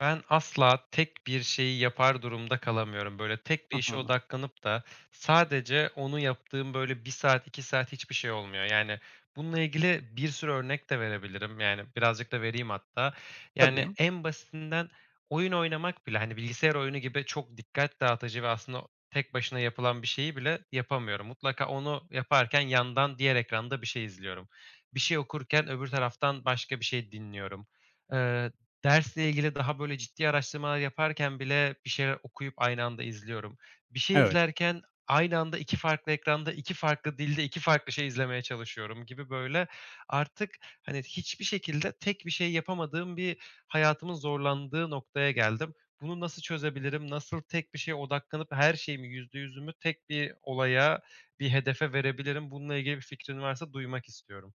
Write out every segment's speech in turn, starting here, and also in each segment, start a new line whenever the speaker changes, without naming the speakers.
Ben asla tek bir şeyi yapar durumda kalamıyorum. Böyle tek bir
Hı
işe
hı.
odaklanıp da sadece onu yaptığım böyle bir saat, 2 saat hiçbir şey olmuyor. Yani bununla ilgili bir sürü örnek de verebilirim. Yani birazcık da vereyim hatta. Yani
Tabii.
en basitinden oyun oynamak bile, hani, bilgisayar oyunu gibi çok dikkat dağıtıcı ve aslında tek başına yapılan bir şeyi bile yapamıyorum. Mutlaka onu yaparken yandan diğer ekranda bir şey izliyorum. Bir şey okurken öbür taraftan başka bir şey dinliyorum. Eee, Dersle ilgili daha böyle ciddi araştırmalar yaparken bile bir şeyler okuyup aynı anda izliyorum. Bir şey
Evet,
izlerken aynı anda 2 farklı ekranda, 2 farklı dilde 2 farklı şey izlemeye çalışıyorum gibi böyle artık, hani, hiçbir şekilde tek bir şey yapamadığım bir hayatımın zorlandığı noktaya geldim. Bunu nasıl çözebilirim? Nasıl tek bir şeye odaklanıp her şeyimi, yüzde yüzümü tek bir olaya, bir hedefe verebilirim? Bununla ilgili bir fikrin varsa duymak istiyorum.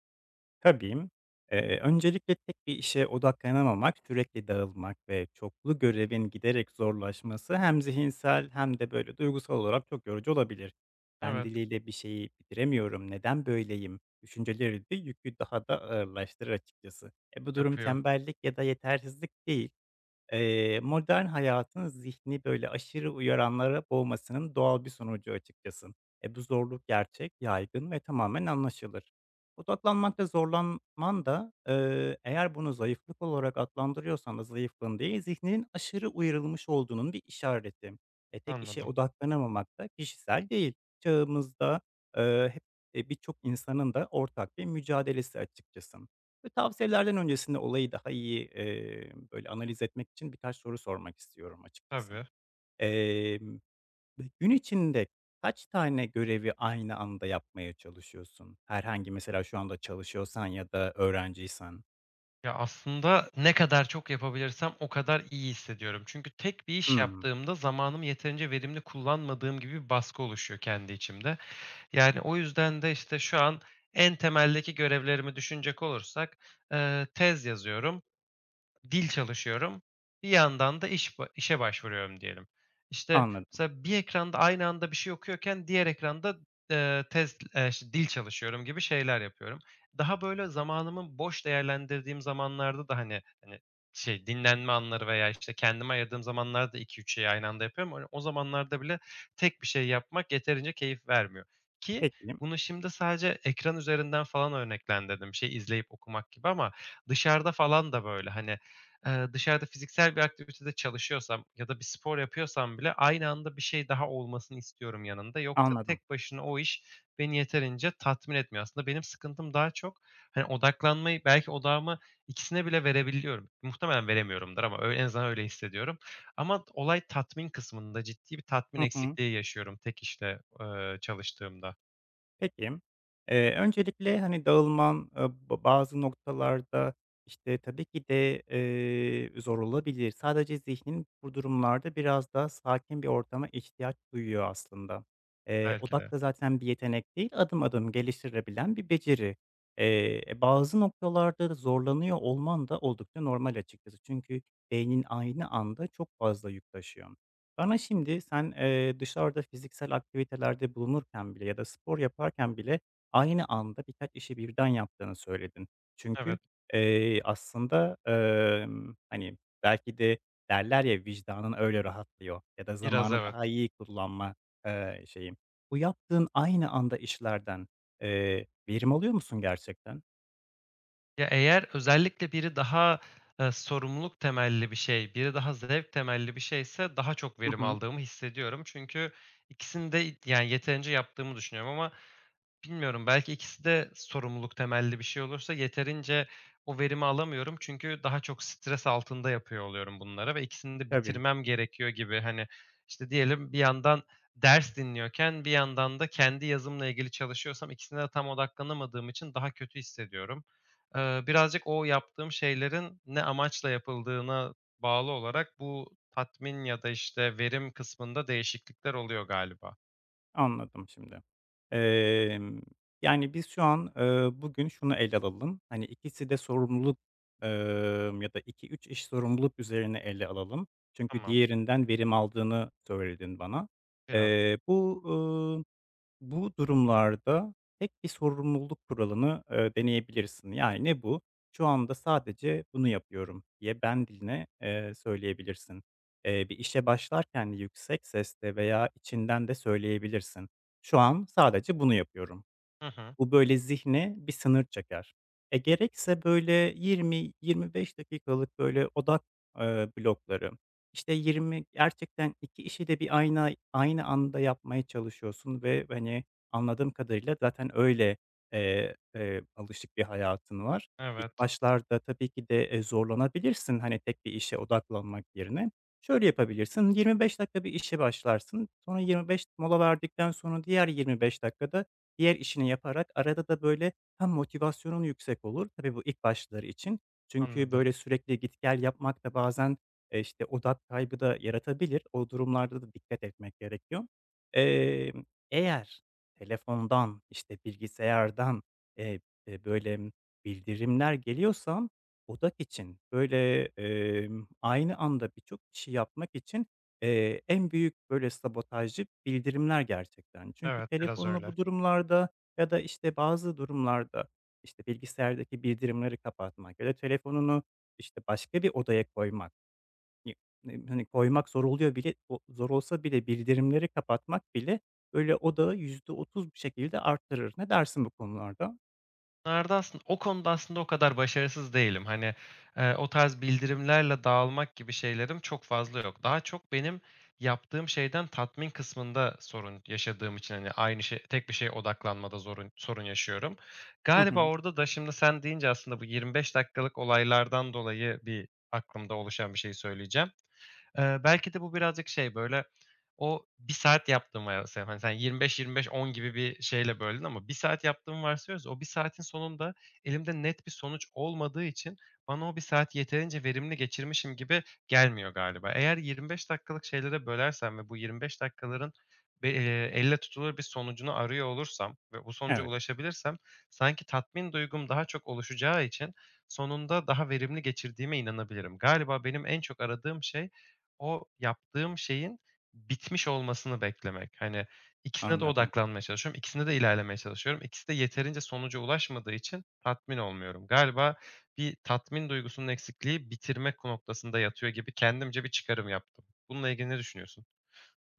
tabii. Öncelikle tek bir işe odaklanamamak, sürekli dağılmak ve çoklu görevin giderek zorlaşması hem zihinsel hem de böyle duygusal olarak çok yorucu olabilir. "Ben
Evet,
diliyle bir şeyi bitiremiyorum, neden böyleyim?" düşünceleri de yükü daha da ağırlaştırır açıkçası. Bu durum
yapıyor.
tembellik ya da yetersizlik değil. Modern hayatın zihni, böyle, aşırı uyaranlara boğmasının doğal bir sonucu açıkçası. Bu zorluk gerçek, yaygın ve tamamen anlaşılır. Odaklanmakta zorlanman da, eğer bunu zayıflık olarak adlandırıyorsan da zayıflığın değil, zihninin aşırı uyarılmış olduğunun bir işareti. Tek işe
Anladım.
odaklanamamak da kişisel değil. Çağımızda, eee, hep, birçok insanın da ortak bir mücadelesi açıkçası. Ve tavsiyelerden öncesinde olayı daha iyi, böyle, analiz etmek için birkaç soru sormak istiyorum açıkçası.
Tabii.
Emm, gün içinde kaç tane görevi aynı anda yapmaya çalışıyorsun? Herhangi mesela şu anda çalışıyorsan ya da öğrenciysen.
Ya, aslında ne kadar çok yapabilirsem o kadar iyi hissediyorum. Çünkü tek bir iş
Hımm,
yaptığımda zamanımı yeterince verimli kullanmadığım gibi bir baskı oluşuyor kendi içimde. Yani, o yüzden de, işte, şu an en temeldeki görevlerimi düşünecek olursak, tez yazıyorum. Dil çalışıyorum, bir yandan da iş ba işe başvuruyorum diyelim. İşte,
anladım.
mesela bir ekranda aynı anda bir şey okuyorken diğer ekranda, tez işte, dil çalışıyorum gibi şeyler yapıyorum. Daha böyle zamanımı boş değerlendirdiğim zamanlarda da, hani, şey, dinlenme anları veya, işte, kendime ayırdığım zamanlarda iki üç şeyi aynı anda yapıyorum. Hani, o zamanlarda bile tek bir şey yapmak yeterince keyif vermiyor ki
Peki,
bunu şimdi sadece ekran üzerinden falan örneklendirdim, bir şey izleyip okumak gibi ama dışarıda falan da böyle. Hani, dışarıda fiziksel bir aktivitede çalışıyorsam ya da bir spor yapıyorsam bile aynı anda bir şey daha olmasını istiyorum yanında. Yoksa
anladım.
tek başına o iş beni yeterince tatmin etmiyor. Aslında benim sıkıntım daha çok, hani, odaklanmayı belki odağımı ikisine bile verebiliyorum. Muhtemelen veremiyorumdur ama öyle en azından öyle hissediyorum. Ama olay tatmin kısmında ciddi bir tatmin
Hı hı.
eksikliği yaşıyorum tek işte, çalıştığımda.
Peki. Öncelikle, hani, dağılman, bazı noktalarda, işte, tabii ki de, zor olabilir. Sadece zihnin bu durumlarda biraz daha sakin bir ortama ihtiyaç duyuyor aslında.
Belki
Odak
de.
da zaten bir yetenek değil, adım adım geliştirebilen bir beceri. Bazı noktalarda da zorlanıyor olman da oldukça normal açıkçası. Çünkü beynin aynı anda çok fazla yük taşıyor. Bana şimdi sen, dışarıda fiziksel aktivitelerde bulunurken bile ya da spor yaparken bile aynı anda birkaç işi birden yaptığını söyledin. Çünkü,
Evet,
aslında, hani, belki de derler ya, vicdanın öyle rahatlıyor ya da
biraz
zamanı
evet.
daha iyi kullanma, şeyi. Bu yaptığın aynı anda işlerden, verim alıyor musun gerçekten?
Ya, eğer özellikle biri daha, sorumluluk temelli bir şey, biri daha zevk temelli bir şeyse daha çok
Hı
verim
hı.
aldığımı hissediyorum. Çünkü ikisini de, yani, yeterince yaptığımı düşünüyorum ama bilmiyorum, belki ikisi de sorumluluk temelli bir şey olursa yeterince o verimi alamıyorum. Çünkü daha çok stres altında yapıyor oluyorum bunları ve ikisini de
Tabii.
bitirmem gerekiyor gibi. Hani, işte, diyelim bir yandan ders dinliyorken bir yandan da kendi yazımla ilgili çalışıyorsam ikisine de tam odaklanamadığım için daha kötü hissediyorum. Birazcık o yaptığım şeylerin ne amaçla yapıldığına bağlı olarak bu tatmin ya da, işte, verim kısmında değişiklikler oluyor galiba.
Anladım şimdi. Emm, yani, biz şu an, bugün şunu ele alalım. Hani, ikisi de sorumluluk, ya da iki üç iş sorumluluk üzerine ele alalım. Çünkü
Tamam,
diğerinden verim aldığını söyledin bana.
biraz.
Bu, bu durumlarda tek bir sorumluluk kuralını, deneyebilirsin. Yani ne bu? "Şu anda sadece bunu yapıyorum." diye ben diline, söyleyebilirsin. Bir işe başlarken yüksek sesle veya içinden de söyleyebilirsin. "Şu an sadece bunu yapıyorum."
Hı hı.
Bu, böyle, zihne bir sınır çeker. Gerekse, böyle, 20-25 dakikalık, böyle, odak, blokları. İşte 20 gerçekten 2 işi de bir aynı anda yapmaya çalışıyorsun ve, hani, anladığım kadarıyla zaten öyle, alışık bir hayatın var. İlk
Evet.
başlarda tabii ki de, zorlanabilirsin, hani, tek bir işe odaklanmak yerine. Şöyle yapabilirsin, 25 dakika bir işe başlarsın, sonra 25 mola verdikten sonra diğer 25 dakikada diğer işini yaparak arada da, böyle, hem motivasyonun yüksek olur. Tabii bu ilk başları için. Çünkü,
Anladım.
böyle, sürekli git gel yapmak da bazen, işte, odak kaybı da yaratabilir. O durumlarda da dikkat etmek gerekiyor. Emm, eğer telefondan, işte, bilgisayardan, eee, böyle, bildirimler geliyorsa odak için, böyle, aynı anda birçok işi yapmak için en büyük, böyle, sabotajcı bildirimler gerçekten. Çünkü
Evet, biraz
telefonla
öyle.
bu durumlarda ya da, işte, bazı durumlarda, işte, bilgisayardaki bildirimleri kapatmak ya da telefonunu, işte, başka bir odaya koymak. Ye hani, koymak zor oluyor bile, o zor olsa bile bildirimleri kapatmak bile, böyle, odağı %30 bir şekilde arttırır. Ne dersin bu konularda?
Nerede aslında o konuda aslında o kadar başarısız değilim. Hani, o tarz bildirimlerle dağılmak gibi şeylerim çok fazla yok. Daha çok benim yaptığım şeyden tatmin kısmında sorun yaşadığım için, hani, aynı şey tek bir şeye odaklanmada sorun yaşıyorum.
Hı
Galiba
hı.
orada da şimdi sen deyince aslında bu 25 dakikalık olaylardan dolayı bir aklımda oluşan bir şey söyleyeceğim. Belki de bu birazcık şey, böyle, o bir saat yaptığım varsayalım. Hani, sen 25-25-10 gibi bir şeyle böldün ama bir saat yaptığımı varsayıyoruz. O bir saatin sonunda elimde net bir sonuç olmadığı için bana o bir saat yeterince verimli geçirmişim gibi gelmiyor galiba. Eğer 25 dakikalık şeylere bölersem ve bu 25 dakikaların be elle tutulur bir sonucunu arıyor olursam ve bu sonuca
Evet,
ulaşabilirsem sanki tatmin duygum daha çok oluşacağı için sonunda daha verimli geçirdiğime inanabilirim. Galiba benim en çok aradığım şey o yaptığım şeyin bitmiş olmasını beklemek. Hani, ikisine de
anladım.
odaklanmaya çalışıyorum, ikisinde de ilerlemeye çalışıyorum. İkisi de yeterince sonuca ulaşmadığı için tatmin olmuyorum. Galiba bir tatmin duygusunun eksikliği bitirmek noktasında yatıyor gibi kendimce bir çıkarım yaptım. Bununla ilgili ne düşünüyorsun?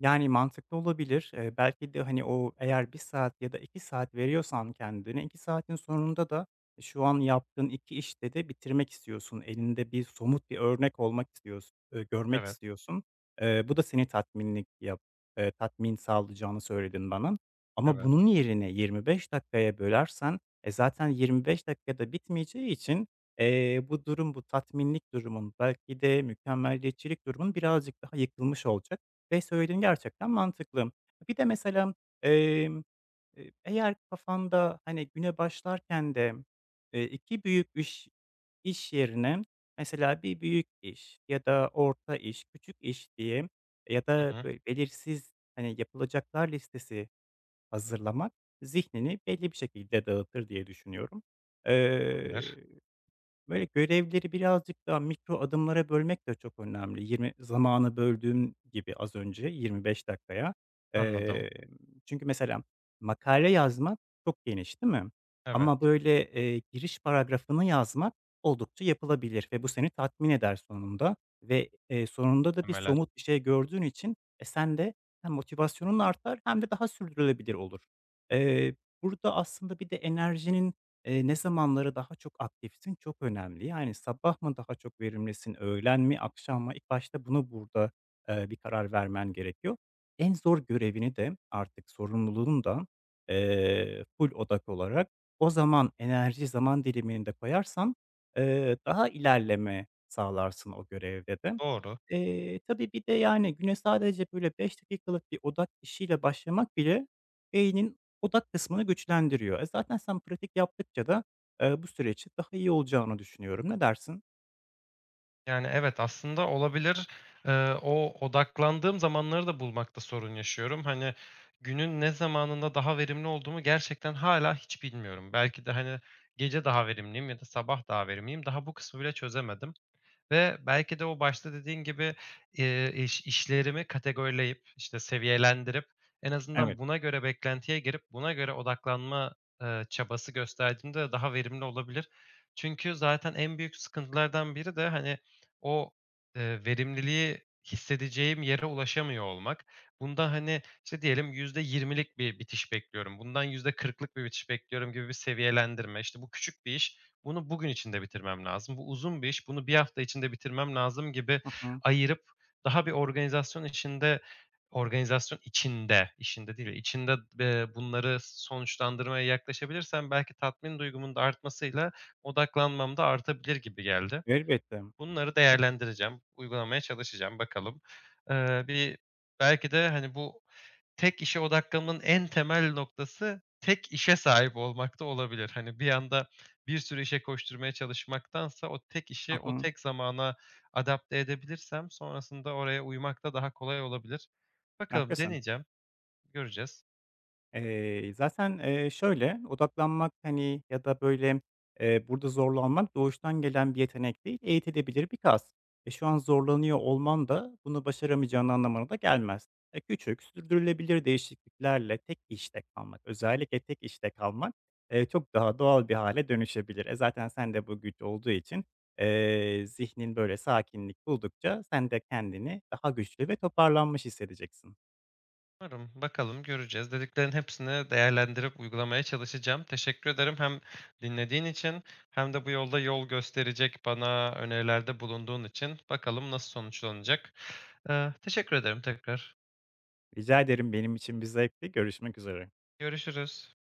Yani, mantıklı olabilir. Belki de, hani, o eğer bir saat ya da iki saat veriyorsan kendine, 2 saatin sonunda da şu an yaptığın 2 işte de bitirmek istiyorsun. Elinde bir somut bir örnek olmak istiyorsun, görmek
Evet,
istiyorsun. Bu da seni tatmin sağlayacağını söyledin bana. Ama
evet.
bunun yerine 25 dakikaya bölersen, zaten 25 dakikada bitmeyeceği için, bu durum, bu tatminlik durumun, belki de mükemmeliyetçilik durumun birazcık daha yıkılmış olacak. Ve söylediğin gerçekten mantıklı. Bir de mesela, emm, eğer kafanda, hani, güne başlarken de, 2 büyük iş yerine mesela bir büyük iş ya da orta iş, küçük iş diye ya da
Hı hı.
böyle belirsiz, hani, yapılacaklar listesi hazırlamak zihnini belli bir şekilde dağıtır diye düşünüyorum.
Olabilir.
Eee Böyle, görevleri birazcık daha mikro adımlara bölmek de çok önemli. 20 zamanı böldüğüm gibi az önce 25 dakikaya.
Anladım.
Eee, çünkü mesela makale yazmak çok geniş, değil mi? Ama,
Evet,
böyle, giriş paragrafını yazmak oldukça yapılabilir ve bu seni tatmin eder sonunda ve, sonunda da bir
muhtemelen.
somut bir şey gördüğün için, sen de hem motivasyonun artar hem de daha sürdürülebilir olur. Eee, burada aslında bir de enerjinin ne zamanları daha çok aktifsin çok önemli. Yani sabah mı daha çok verimlisin, öğlen mi, akşam mı? İlk başta bunu burada, bir karar vermen gerekiyor. En zor görevini de artık sorumluluğunu da, full odak olarak o zaman, enerji zaman dilimini de koyarsan, daha ilerleme sağlarsın o görevde de.
Doğru.
Tabii bir de yani güne sadece böyle 5 dakikalık bir odak işiyle başlamak bile beynin odak kısmını güçlendiriyor. Zaten sen pratik yaptıkça da, bu sürecin daha iyi olacağını düşünüyorum. Ne dersin?
Yani, evet, aslında olabilir. O odaklandığım zamanları da bulmakta sorun yaşıyorum. Hani, günün ne zamanında daha verimli olduğumu gerçekten hala hiç bilmiyorum. Belki de, hani, gece daha verimliyim ya da sabah daha verimliyim. Daha bu kısmı bile çözemedim. Ve belki de o başta dediğin gibi, işlerimi kategorileyip, işte, seviyelendirip en azından
Evet.
buna göre beklentiye girip buna göre odaklanma, çabası gösterdiğimde daha verimli olabilir. Çünkü zaten en büyük sıkıntılardan biri de, hani, o, verimliliği hissedeceğim yere ulaşamıyor olmak. Bunda, hani, işte, diyelim %20'lik bir bitiş bekliyorum, bundan %40'lık bir bitiş bekliyorum gibi bir seviyelendirme. İşte, bu küçük bir iş bunu bugün içinde bitirmem lazım. Bu uzun bir iş. Bunu bir hafta içinde bitirmem lazım gibi
Hı hı.
ayırıp daha bir organizasyon içinde organizasyon, işinde değil, içinde, bunları sonuçlandırmaya yaklaşabilirsem belki tatmin duygumun da artmasıyla odaklanmam da artabilir gibi geldi.
Elbette.
Bunları
E
değerlendireceğim, uygulamaya çalışacağım, bakalım. Bir belki de, hani, bu tek işe odaklanmanın en temel noktası tek işe sahip olmak da olabilir. Hani, bir anda bir sürü işe koşturmaya çalışmaktansa o tek
Hı
işi o
hı.
tek zamana adapte edebilirsem sonrasında oraya uymak da daha kolay olabilir. Bakalım
Haklısın.
deneyeceğim, göreceğiz.
Zaten, şöyle, odaklanmak, hani, ya da, böyle, burada zorlanmak doğuştan gelen bir yetenek değil, eğitilebilir bir kas. Şu an zorlanıyor olman da bunu başaramayacağın anlamına da gelmez. Küçük, sürdürülebilir değişikliklerle tek işte kalmak, özellikle tek işte kalmak, çok daha doğal bir hale dönüşebilir. Zaten sen de bu güç olduğu için, zihnin, böyle, sakinlik buldukça sen de kendini daha güçlü ve toparlanmış hissedeceksin.
Umarım. Bakalım, göreceğiz. Dediklerin hepsini değerlendirip uygulamaya çalışacağım. Teşekkür ederim hem dinlediğin için hem de bu yolda yol gösterecek bana önerilerde bulunduğun için. Bakalım nasıl sonuçlanacak. Teşekkür ederim tekrar.
Rica ederim, benim için bir zevkti. Görüşmek üzere.
Görüşürüz.